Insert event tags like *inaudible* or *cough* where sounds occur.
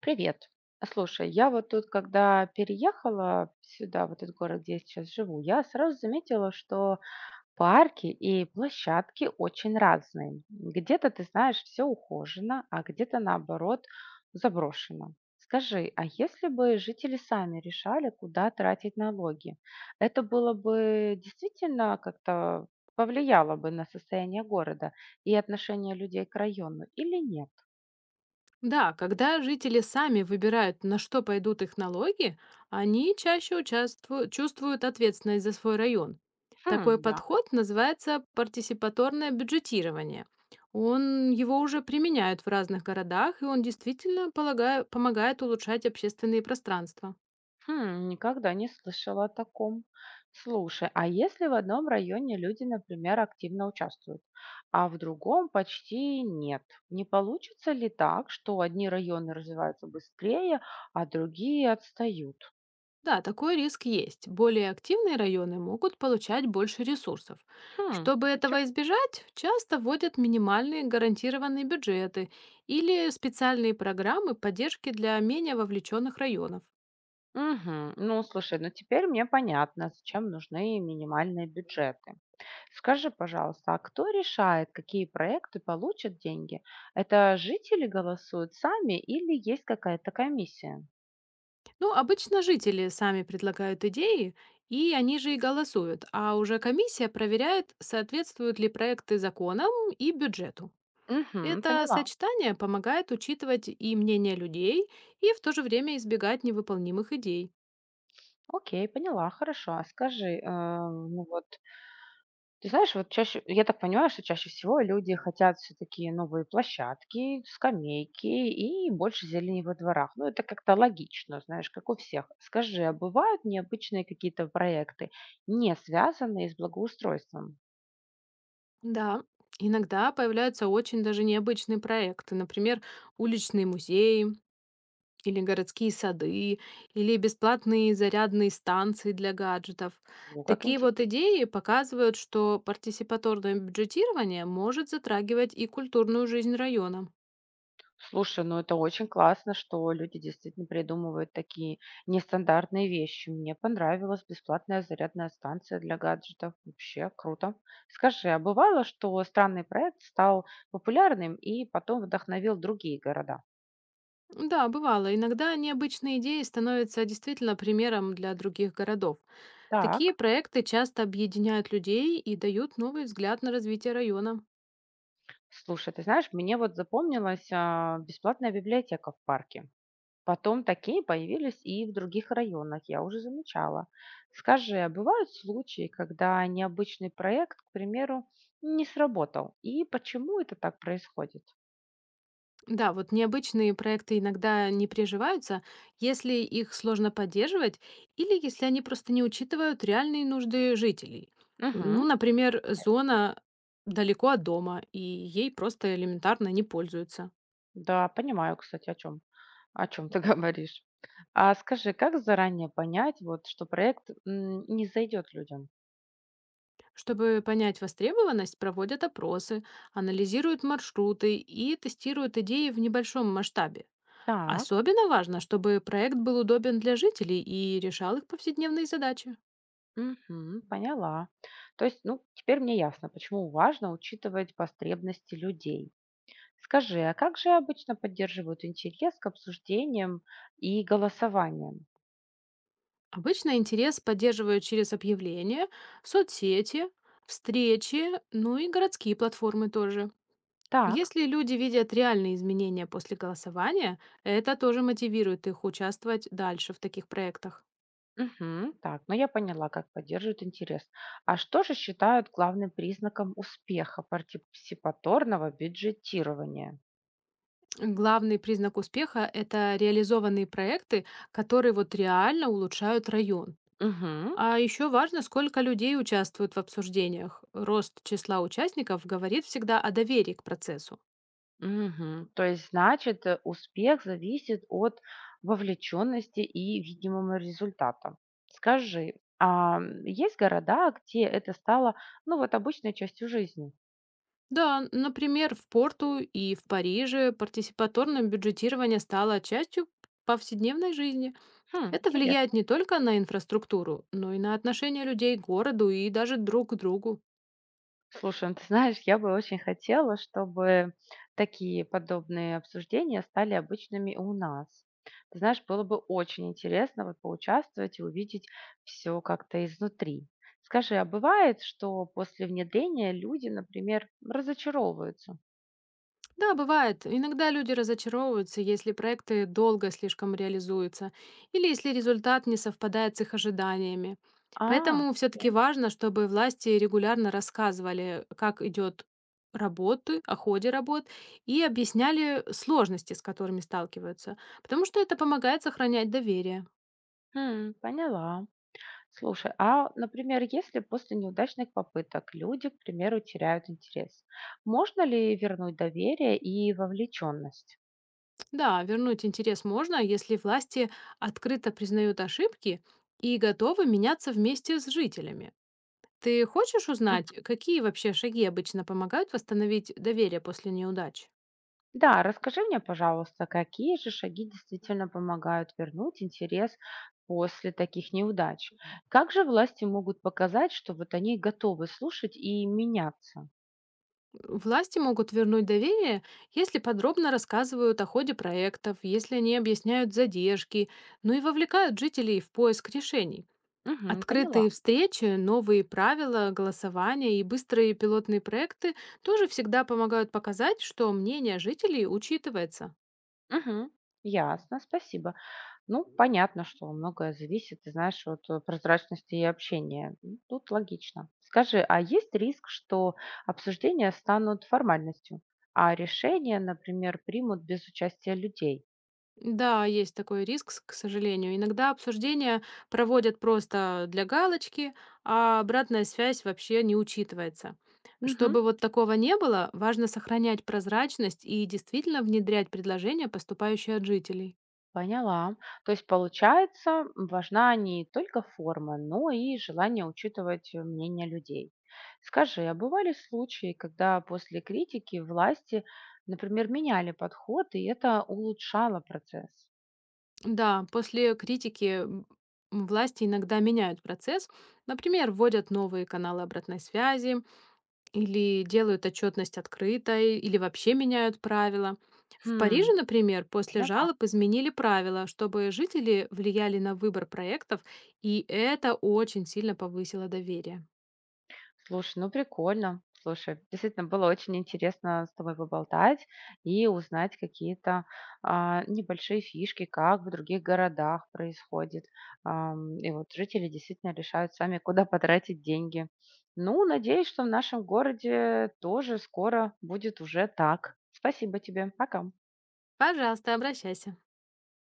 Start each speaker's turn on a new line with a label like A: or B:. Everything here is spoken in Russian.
A: Привет. Слушай, я вот тут, когда переехала сюда, в этот город, где я сейчас живу, я сразу заметила, что парки и площадки очень разные. Где-то, ты знаешь, все ухожено, а где-то, наоборот, заброшено. Скажи, а если бы жители сами решали, куда тратить налоги, это было бы действительно как-то повлияло бы на состояние города и отношение людей к району или нет?
B: Да, когда жители сами выбирают, на что пойдут их налоги, они чаще чувствуют ответственность за свой район. Такой
A: Хм, да.
B: подход называется партисипаторное бюджетирование. Его уже применяют в разных городах, и он действительно помогает улучшать общественные пространства.
A: Хм, никогда не слышала о таком. Слушай, а если в одном районе люди, например, активно участвуют, а в другом почти нет, не получится ли так, что одни районы развиваются быстрее, а другие отстают?
B: Да, такой риск есть. Более активные районы могут получать больше ресурсов.
A: Хм,
B: Чтобы этого
A: ничего.
B: избежать, часто вводят минимальные гарантированные бюджеты или специальные программы поддержки для менее вовлеченных районов.
A: Мгм. Ну, слушай, ну теперь мне понятно, зачем нужны минимальные бюджеты. Скажи, пожалуйста, а кто решает, какие проекты получат деньги? Это жители голосуют сами или есть какая-то комиссия?
B: Ну, обычно жители сами предлагают идеи, и они же и голосуют, а уже комиссия проверяет, соответствуют ли проекты законам и бюджету.
A: Мгм.
B: Это
A: Поняла.
B: сочетание помогает учитывать и мнение людей, и в то же время избегать невыполнимых идей.
A: Окей, поняла, хорошо. А скажи, ну вот, ты знаешь, вот чаще, я так понимаю, что чаще всего люди хотят все-таки новые площадки, скамейки и больше зелени во дворах. Ну, это как-то логично, знаешь, как у всех. Скажи, а бывают необычные какие-то проекты, не связанные с благоустройством?
B: Да, иногда появляются очень даже необычные проекты, например, уличные музеи или городские сады, или бесплатные зарядные станции для гаджетов.
A: Ну, как.
B: Такие вот идеи показывают, что партисипаторное бюджетирование может затрагивать и культурную жизнь района.
A: Слушай, ну это очень классно, что люди действительно придумывают такие нестандартные вещи. Мне понравилась бесплатная зарядная станция для гаджетов. Вообще круто. Скажи, а бывало, что странный проект стал популярным и потом вдохновил другие города?
B: Да, бывало, иногда необычные идеи становятся действительно примером для других городов. Такие
A: Так.
B: проекты часто объединяют людей и дают новый взгляд на развитие района.
A: Слушай, ты знаешь, мне вот запомнилась бесплатная библиотека в парке. Потом такие появились и в других районах, я уже замечала. Скажи, а бывают случаи, когда необычный проект, к примеру, не сработал? И почему это так происходит?
B: Да, вот необычные проекты иногда не приживаются, если их сложно поддерживать или если они просто не учитывают реальные нужды жителей.
A: Мгм.
B: Ну, например, зона далеко от дома, и ей просто элементарно не пользуются.
A: Да, понимаю, кстати, о чем ты *laughs* говоришь. А скажи, как заранее понять, вот, что проект не зайдет людям?
B: Чтобы понять востребованность, проводят опросы, анализируют маршруты и тестируют идеи в небольшом масштабе.
A: Так.
B: Особенно важно, чтобы проект был удобен для жителей и решал их повседневные задачи.
A: Мгм, поняла. То есть, ну, теперь мне ясно, почему важно учитывать потребности людей. Скажи, а как же обычно поддерживают интерес к обсуждениям и голосованиям?
B: Обычно интерес поддерживают через объявления, соцсети, встречи, ну и городские платформы тоже.
A: Так.
B: Если люди видят реальные изменения после голосования, это тоже мотивирует их участвовать дальше в таких проектах.
A: Угу, так, ну я поняла, как поддерживают интерес. А что же считают главным признаком успеха партиципаторного бюджетирования?
B: Главный признак успеха — это реализованные проекты, которые вот реально улучшают район.
A: Угу.
B: А еще важно, сколько людей участвуют в обсуждениях. Рост числа участников говорит всегда о доверии к процессу.
A: Угу. То есть, значит, успех зависит от вовлеченности и видимого результата. Скажи, а есть города, где это стало, ну вот, обычной частью жизни?
B: Да, например, в Порту и в Париже партисипаторное бюджетирование стало частью повседневной жизни.
A: Хм,
B: Это влияет
A: интересно.
B: не только на инфраструктуру, но и на отношение людей к городу и даже друг к другу.
A: Слушай, ну ты знаешь, я бы очень хотела, чтобы такие подобные обсуждения стали обычными у нас. Ты знаешь, было бы очень интересно вот поучаствовать и увидеть все как-то изнутри. Скажи, а бывает, что после внедрения люди, например, разочаровываются?
B: Да, бывает. Иногда люди разочаровываются, если проекты долго слишком реализуются или если результат не совпадает с их ожиданиями.
A: А,
B: Поэтому все-таки
A: окей.
B: важно, чтобы власти регулярно рассказывали, о ходе работ и объясняли сложности, с которыми сталкиваются, потому что это помогает сохранять доверие.
A: Хм, поняла. Слушай, а, например, если после неудачных попыток люди, к примеру, теряют интерес, можно ли вернуть доверие и вовлеченность?
B: Да, вернуть интерес можно, если власти открыто признают ошибки и готовы меняться вместе с жителями. Ты хочешь узнать, какие вообще шаги обычно помогают восстановить доверие после неудач?
A: Да, расскажи мне, пожалуйста, какие же шаги действительно помогают вернуть интерес после таких неудач? Как же власти могут показать, что вот они готовы слушать и меняться?
B: Власти могут вернуть доверие, если подробно рассказывают о ходе проектов, если они объясняют задержки, ну и вовлекают жителей в поиск решений.
A: Мгм, поняла.
B: Открытые встречи, новые правила, голосования и быстрые пилотные проекты тоже всегда помогают показать, что мнение жителей учитывается.
A: Мгм. Ясно, спасибо. Ну, понятно, что многое зависит, ты знаешь, от прозрачности и общения. М, тут логично. Скажи, а есть риск, что обсуждения станут формальностью, а решения, например, примут без участия людей?
B: Да, есть такой риск, к сожалению. Иногда обсуждения проводят просто для галочки, а обратная связь вообще не учитывается.
A: Мгм.
B: Чтобы вот такого не было, важно сохранять прозрачность и действительно внедрять предложения, поступающие от жителей.
A: Поняла. То есть, получается, важна не только форма, но и желание учитывать мнение людей. Скажи, а бывали случаи, когда после критики власти, например, меняли подход, и это улучшало процесс?
B: Да, после критики власти иногда меняют процесс, например, вводят новые каналы обратной связи, или делают отчетность открытой, или вообще меняют правила. В
A: Хм,
B: Париже, например, после
A: поняла.
B: жалоб изменили правила, чтобы жители влияли на выбор проектов, и это очень сильно повысило доверие.
A: Слушай, ну прикольно. Слушай, действительно было очень интересно с тобой поболтать и узнать какие-то небольшие фишки, как в других городах происходит. И вот жители действительно решают сами, куда потратить деньги. Ну, надеюсь, что в нашем городе тоже скоро будет уже так. Спасибо тебе. Пока.
B: Пожалуйста, обращайся.